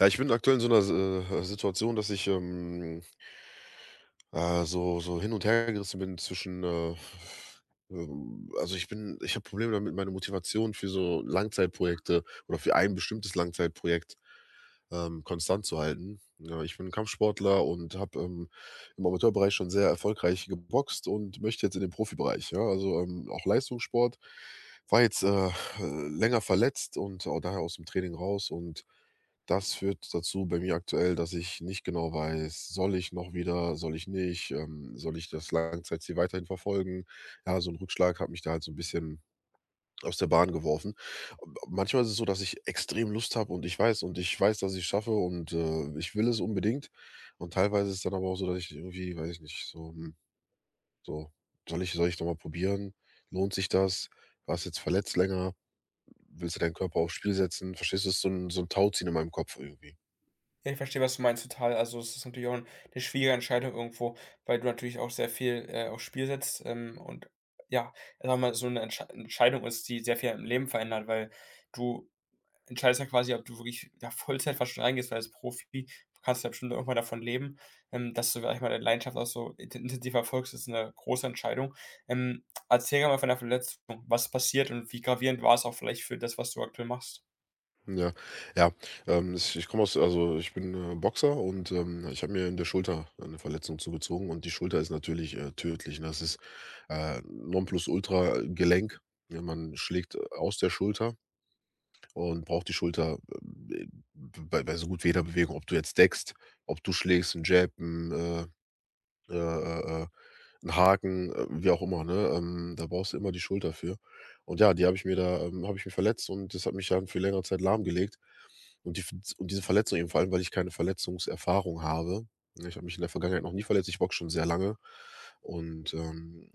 Ja, ich bin aktuell in so einer Situation, dass ich, so hin und hergerissen bin zwischen. Ich habe Probleme damit, meine Motivation für so Langzeitprojekte oder für ein bestimmtes Langzeitprojekt, konstant zu halten. Ja, ich bin Kampfsportler und habe, im Amateurbereich schon sehr erfolgreich geboxt und möchte jetzt in den Profibereich, ja, also, auch Leistungssport. War jetzt, länger verletzt und auch daher aus dem Training raus und das führt dazu bei mir aktuell, dass ich nicht genau weiß: Soll ich noch wieder, soll ich nicht, soll ich das Langzeitziel weiterhin verfolgen? Ja, so ein Rückschlag hat mich da halt so ein bisschen aus der Bahn geworfen. Manchmal ist es so, dass ich extrem Lust habe und ich weiß, dass ich's schaffe und, ich will es unbedingt. Und teilweise ist es dann aber auch so, dass ich irgendwie, weiß ich nicht, so, hm, so: „Soll ich noch mal probieren? Lohnt sich das? Warst jetzt verletzt länger? Willst du deinen Körper aufs Spiel setzen?“ Verstehst du? Es ist so ein so 'n Tauziehen in meinem Kopf irgendwie. Ja, ich verstehe, was du meinst, total. Also, es ist natürlich auch 'n 'ne schwierige Entscheidung irgendwo, weil du natürlich auch sehr viel, aufs Spiel setzt, und ja, sagen wir mal, so 'ne Entscheidung ist, die sehr viel im Leben verändert, weil du entscheidest ja quasi, ob du wirklich, ja, Vollzeit fast schon reingehst, weil als Profi kannst du ja bestimmt irgendwann davon leben. Dass du, sage ich mal, deine Leidenschaft auch so intensiv verfolgst, ist 'ne große Entscheidung. Erzähl gerne mal von der Verletzung. Was ist passiert und wie gravierend war es auch vielleicht für das, was du aktuell machst? Ja, ja. Ich komme aus. Also, ich bin, Boxer und, ich habe mir in der Schulter eine Verletzung zugezogen und die Schulter ist natürlich, tödlich, ne? Das ist, Nonplusultra Gelenk. Ja, man schlägt aus der Schulter und braucht die Schulter, bei so gut wie jeder Bewegung, ob du jetzt deckst, ob du schlägst, 'n Jab, äh, äh, äh, 'n Haken, wie auch immer, ne? Da brauchst du immer die Schulter für. Und ja, die habe ich mir da habe ich mir verletzt und das hat mich dann für längere Zeit lahmgelegt. Und die und diese Verletzung eben, vor allem, weil ich keine Verletzungserfahrung habe, ne? Ich habe mich in der Vergangenheit noch nie verletzt, ich boxe schon sehr lange. Und,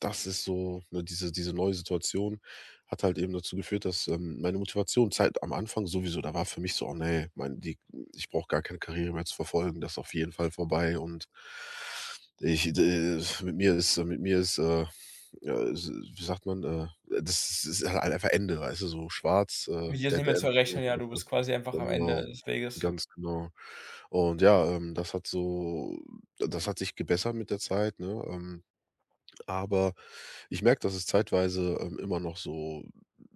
das ist so ne, diese neue Situation hat halt eben dazu geführt, dass, meine Motivation Zeit am Anfang sowieso da war für mich so: „Oh ne, mein, die ich brauche gar keine Karriere mehr zu verfolgen, das ist auf jeden Fall vorbei und ich, d mit mir ist, ja, s wie sagt man, das ist halt einfach Ende, weißt du, so schwarz, Mit dir ist Dead nicht mehr zu End. Rechnen, ja, Weißt du du.“ bist quasi einfach am Ende Genau, des Weges. ganz genau. Und ja, das hat sich gebessert mit der Zeit, ne? Aber ich merke, dass es zeitweise, immer noch so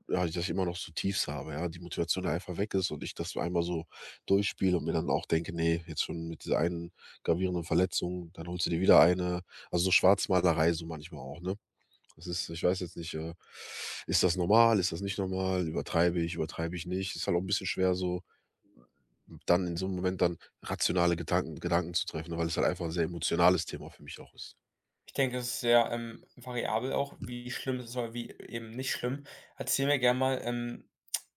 ja, dass ich immer noch so Tiefs habe, ja, die Motivation da einfach weg ist und ich das einmal so durchspiele und mir dann auch denke: „Nee jetzt schon mit dieser einen gravierenden Verletzung, dann holst du dir wieder eine.“ Also, so Schwarzmalerei so manchmal auch, ne? Das ist ich weiß jetzt nicht, ist das normal, ist das nicht normal, übertreibe ich nicht? Ist halt auch ein bisschen schwer so, dann in so einem Moment dann rationale Gedanken zu treffen, ne, weil es halt einfach ein sehr emotionales Thema für mich auch ist. Ich denke, es ist sehr, variabel auch, wie schlimm es ist oder wie eben nicht schlimm. Erzähl mir gerne mal,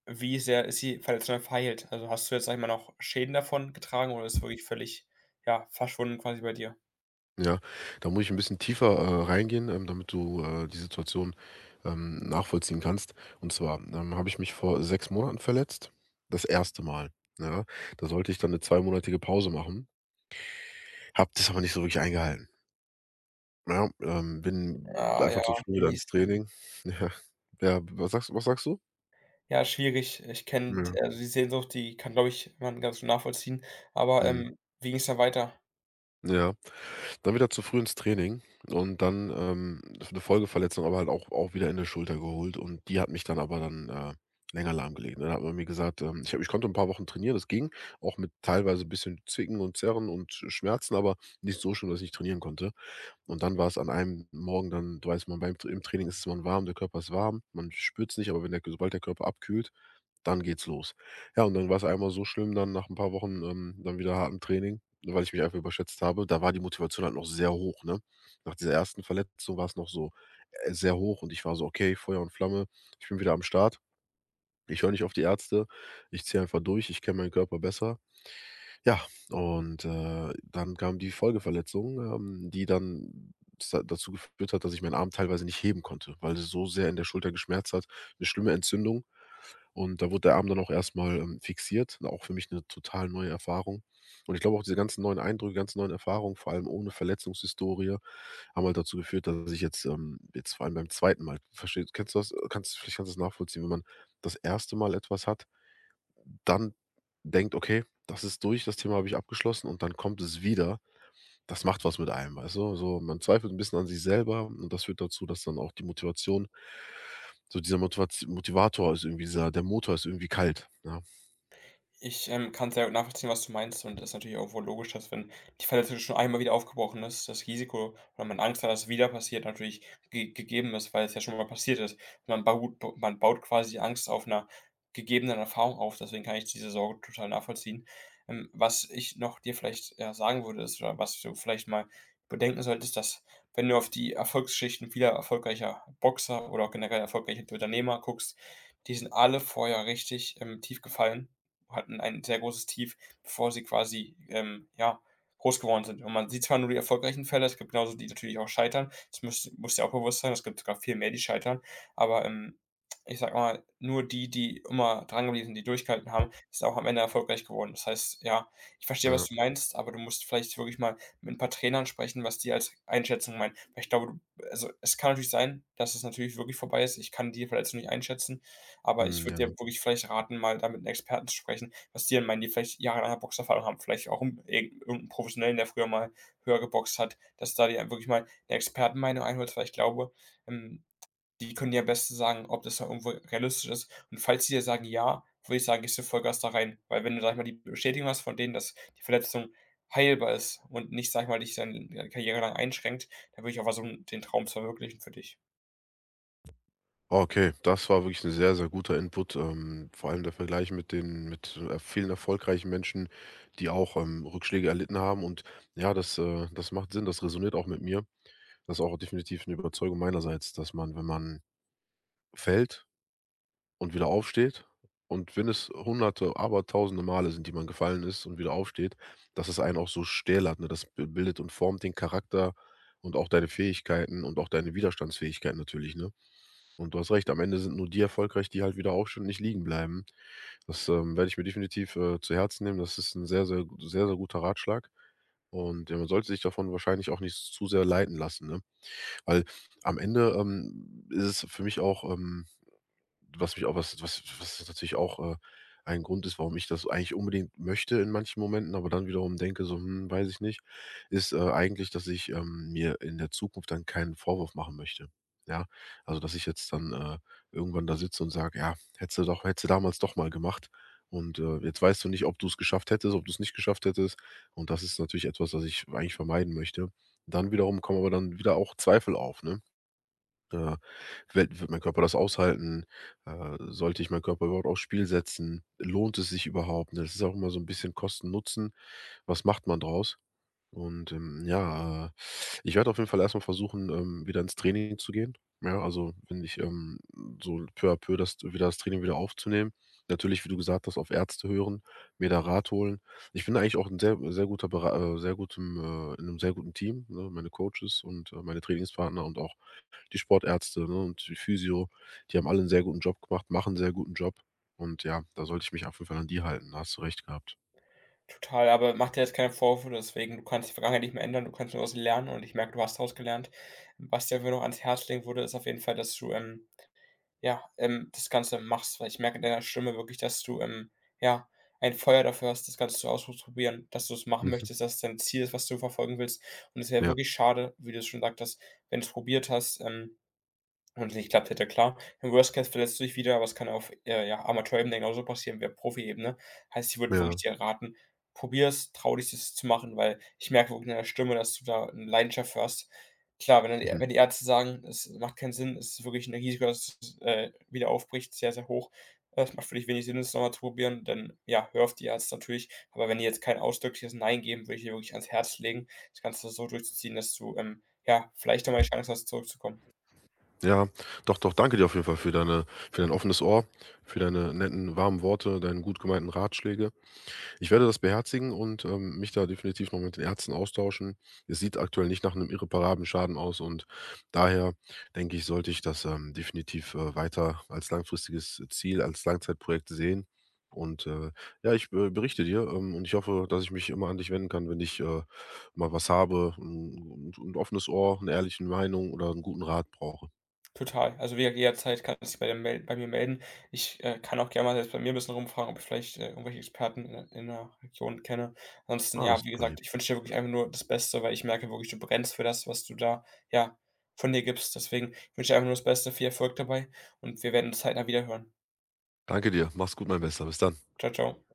wie sehr ist die Verletzung verheilt? Also, hast du jetzt, sag ich mal, noch Schäden davon getragen oder ist wirklich völlig, ja, verschwunden quasi bei dir? Ja, da muss ich ein bisschen tiefer, reingehen, damit du, die Situation, nachvollziehen kannst. Und zwar, habe ich mich vor 6 Monaten verletzt, das erste Mal, ja? Da sollte ich dann 'ne zweimonatige Pause machen, habe das aber nicht so wirklich eingehalten, ja? Bin Ah, einfach ja, zu früh wieder ins mies. Training. Ja. Ja, was sagst du? Ja, schwierig. Ich kenne Ja, also, die Sehnsucht, die kann, glaube ich, man ganz gut nachvollziehen. Aber, mhm. Wie ging es dann weiter? Ja. Dann wieder zu früh ins Training und dann, 'ne Folgeverletzung, aber halt auch wieder in der Schulter geholt und die hat mich dann länger lahmgelegt. Dann hat man mir gesagt, ich konnte ein paar Wochen trainieren, das ging, auch mit teilweise ein bisschen Zwicken und Zerren und Schmerzen, aber nicht so schlimm, dass ich nicht trainieren konnte. Und dann war es an einem Morgen dann, du weißt, man beim im Training ist man warm, der Körper ist warm, man spürt's nicht, aber wenn der sobald der Körper abkühlt, dann geht's los. Ja, und dann war's einmal so schlimm, dann nach ein paar Wochen, dann wieder hartem Training, weil ich mich einfach überschätzt habe. Da war die Motivation halt noch sehr hoch, ne? Nach dieser ersten Verletzung war's noch so, sehr hoch und ich war so: „Okay, Feuer und Flamme, ich bin wieder am Start. Ich höre nicht auf die Ärzte. Ich ziehe einfach durch. Ich kenne meinen Körper besser.“ Ja, und, dann kam die Folgeverletzung, die dann s dazu geführt hat, dass ich meinen Arm teilweise nicht heben konnte, weil es so sehr in der Schulter geschmerzt hat. Eine schlimme Entzündung, und da wurde der Arm dann auch erstmal fixiert, auch für mich eine total neue Erfahrung. Und ich glaube auch diese ganzen neuen Eindrücke, ganzen neuen Erfahrungen, vor allem ohne Verletzungshistorie, haben halt dazu geführt, dass ich jetzt vor allem beim zweiten Mal verstehst, kennst du das? Kannst du's nachvollziehen, wenn man das erste Mal etwas hat, dann denkt: „Okay, das ist durch, das Thema habe ich abgeschlossen“, und dann kommt es wieder. Das macht was mit einem, weißt du? So, man zweifelt ein bisschen an sich selber und das führt dazu, dass dann auch die Motivation so dieser Motivaz Motivator ist irgendwie dieser der Motor ist irgendwie kalt, ja. Ich, kann sehr gut nachvollziehen, was du meinst, und es ist natürlich irgendwo logisch, dass, wenn die Verletzung schon einmal wieder aufgebrochen ist, das Risiko oder man Angst hat, dass es wieder passiert, natürlich ge gegeben ist, weil es ja schon mal passiert ist. Man baut b man baut quasi die Angst auf einer gegebenen Erfahrung auf, deswegen kann ich diese Sorge total nachvollziehen. Was ich noch dir vielleicht, ja, sagen würde, ist, oder was du vielleicht mal bedenken solltest, dass, wenn du auf die Erfolgsgeschichten vieler erfolgreicher Boxer oder auch generell erfolgreicher Unternehmer guckst, die sind alle vorher richtig, tief gefallen, hatten ein sehr großes Tief, bevor sie quasi, ja, groß geworden sind. Und man sieht zwar nur die erfolgreichen Fälle, es gibt genauso die, natürlich, auch scheitern. Das muss dir auch bewusst sein, es gibt sogar viel mehr, die scheitern. Aber ich sag mal, nur die, die immer dran geblieben sind, die durchgehalten haben, ist auch am Ende erfolgreich geworden. Das heißt, ja, ich verstehe, was Ja. du meinst, aber du musst vielleicht wirklich mal mit ein paar Trainern sprechen, was die als Einschätzung meinen. Weil ich glaube, du, also es kann natürlich sein, dass es natürlich wirklich vorbei ist. Ich kann die Verletzung nicht einschätzen, aber ich Mhm, würde dir ja. wirklich vielleicht raten, mal da mit 'nem Experten zu sprechen, was die denn meinen, die vielleicht jahrelang Boxerfahrung haben, vielleicht auch 'n Professionellen, der früher mal höher geboxt hat, dass du da dir wirklich mal 'ne Expertenmeinung einholst, weil ich glaube, ähm, die können dir am besten sagen, ob das noch irgendwo realistisch ist. Und falls die dir sagen: „Ja“, würde ich sagen, gehst du Vollgas da rein. Weil wenn du, sage ich mal, die Bestätigung hast von denen, dass die Verletzung heilbar ist und nicht, sage ich mal, dich dann deine karriere lang einschränkt, dann würde ich auch versuchen, den Traum zu verwirklichen für dich. Okay, das war wirklich ein sehr, sehr guter Input, vor allem der Vergleich mit vielen erfolgreichen Menschen, die auch, Rückschläge erlitten haben und ja, das macht Sinn, das resoniert auch mit mir. Das ist auch definitiv 'ne Überzeugung meinerseits, dass man, wenn man fällt und wieder aufsteht und wenn es hunderte, aber tausende Male sind, die man gefallen ist und wieder aufsteht, dass es einen auch so stählert, ne? Das b bildet und formt den Charakter und auch deine Fähigkeiten und auch deine Widerstandsfähigkeit natürlich, ne? Und du hast recht, am Ende sind nur die erfolgreich, die halt wieder aufstehen und nicht liegen bleiben. Das, werde ich mir definitiv, zu Herzen nehmen. Das ist ein sehr, sehr guter Ratschlag und, ja, man sollte sich davon wahrscheinlich auch nicht zu sehr leiten lassen, ne? Weil am Ende, ist es für mich auch was was was natürlich auch, ein Grund ist, warum ich das eigentlich unbedingt möchte in manchen Momenten, aber dann wiederum denke so: „Hm, weiß ich nicht“, ist, eigentlich, dass ich, mir in der Zukunft dann keinen Vorwurf machen möchte, ja? Also, dass ich jetzt dann, irgendwann da sitze und sage: „Ja, hättest du damals doch mal gemacht und, jetzt weißt du nicht, ob du es geschafft hättest, ob du es nicht geschafft hättest.“ Und das ist natürlich etwas, was ich eigentlich vermeiden möchte. Dann wiederum kommen aber dann wieder auch Zweifel auf, ne? Äh, wird mein Körper das aushalten? Sollte ich meinen Körper überhaupt aufs Spiel setzen? Lohnt es sich überhaupt? Ne, das ist auch immer so ein bisschen Kosten Nutzen. Was macht man draus? Und, ja, ich werde auf jeden Fall erstmal versuchen, wieder ins Training zu gehen. Ja, also, wenn ich, so peu à peu das Training wieder aufzunehmen. Natürlich, wie du gesagt hast, auf Ärzte hören, mir da Rat holen. Ich bin eigentlich auch ein sehr sehr guter Bera sehr gutem in einem sehr guten Team, ne? Meine Coaches und, meine Trainingspartner und auch die Sportärzte, ne, und die Physio, die haben alle einen sehr guten Job gemacht, machen 'n sehr guten Job. Und ja, da sollte ich mich auf jeden Fall an die halten, da hast du recht gehabt. Total, aber mach dir jetzt keine Vorwürfe deswegen. Du kannst die Vergangenheit nicht mehr ändern, du kannst nur daraus lernen, und ich merke, du hast daraus gelernt. Was dir einfach nur ans Herz legen würde, ist auf jeden Fall, dass du, ja, das Ganze machst, weil ich merke in deiner Stimme wirklich, dass du, ja, ein Feuer dafür hast, das Ganze zu auszuprobieren, dass du es machen möchtest, Mhm. dass es dein Ziel ist, was du verfolgen willst. Und es wäre Ja, wirklich schade, wie du es schon sagtest, wenn du es probiert hast. Wenn's nicht geklappt hätte, klar. Im Worst Case verletzt du dich wieder, aber es kann auf, ja, Amateurebene genauso passieren wie auf Profi Ebene. Heißt, ich würde wirklich ja, dir raten, probier es, trau dich, das zu machen, weil ich merke wirklich in deiner Stimme, dass du da eine Leidenschaft für hast. Klar, wenn dann die mhm. wenn die Ärzte sagen, es macht keinen Sinn, es ist wirklich 'n Risiko, dass es, wieder aufbricht, sehr, sehr hoch. Es macht für dich wenig Sinn, es nochmal zu probieren, dann, ja, hör auf die Ärzte natürlich. Aber wenn die jetzt kein ausdrückliches „Nein“ geben, würde ich dir wirklich ans Herz legen, das Ganze so durchzuziehen, dass du, ja, vielleicht nochmal mal die Chance hast, zurückzukommen. Ja, doch, doch, danke dir auf jeden Fall für deine für dein offenes Ohr, für deine netten, warmen Worte, deine gut gemeinten Ratschläge. Ich werde das beherzigen und, mich da definitiv noch mit den Ärzten austauschen. Es sieht aktuell nicht nach einem irreparablen Schaden aus und daher denke ich, sollte ich das, definitiv, weiter als langfristiges Ziel, als Langzeitprojekt sehen. Und, ja, ich, berichte dir, und ich hoffe, dass ich mich immer an dich wenden kann, wenn ich, mal was habe, ein 'n offenes Ohr, eine ehrliche Meinung oder einen guten Rat brauche. Total. Also, wie gesagt, jederzeit kann sich bei mir melden. Ich, kann auch gerne mal selbst bei mir ein bisschen rumfragen, ob ich vielleicht, irgendwelche Experten in der Region kenne. Ansonsten, Ah, das ja, ist wie super lieb. gesagt, ich wünsche dir wirklich einfach nur das Beste, weil ich merke wirklich, du brennst für das, was du da, ja, von dir gibst. Deswegen wünsche ich dir einfach nur das Beste, viel Erfolg dabei, und wir werden uns zeitnah wieder hören. Danke dir. Mach's gut, mein Bester. Bis dann. Ciao, ciao.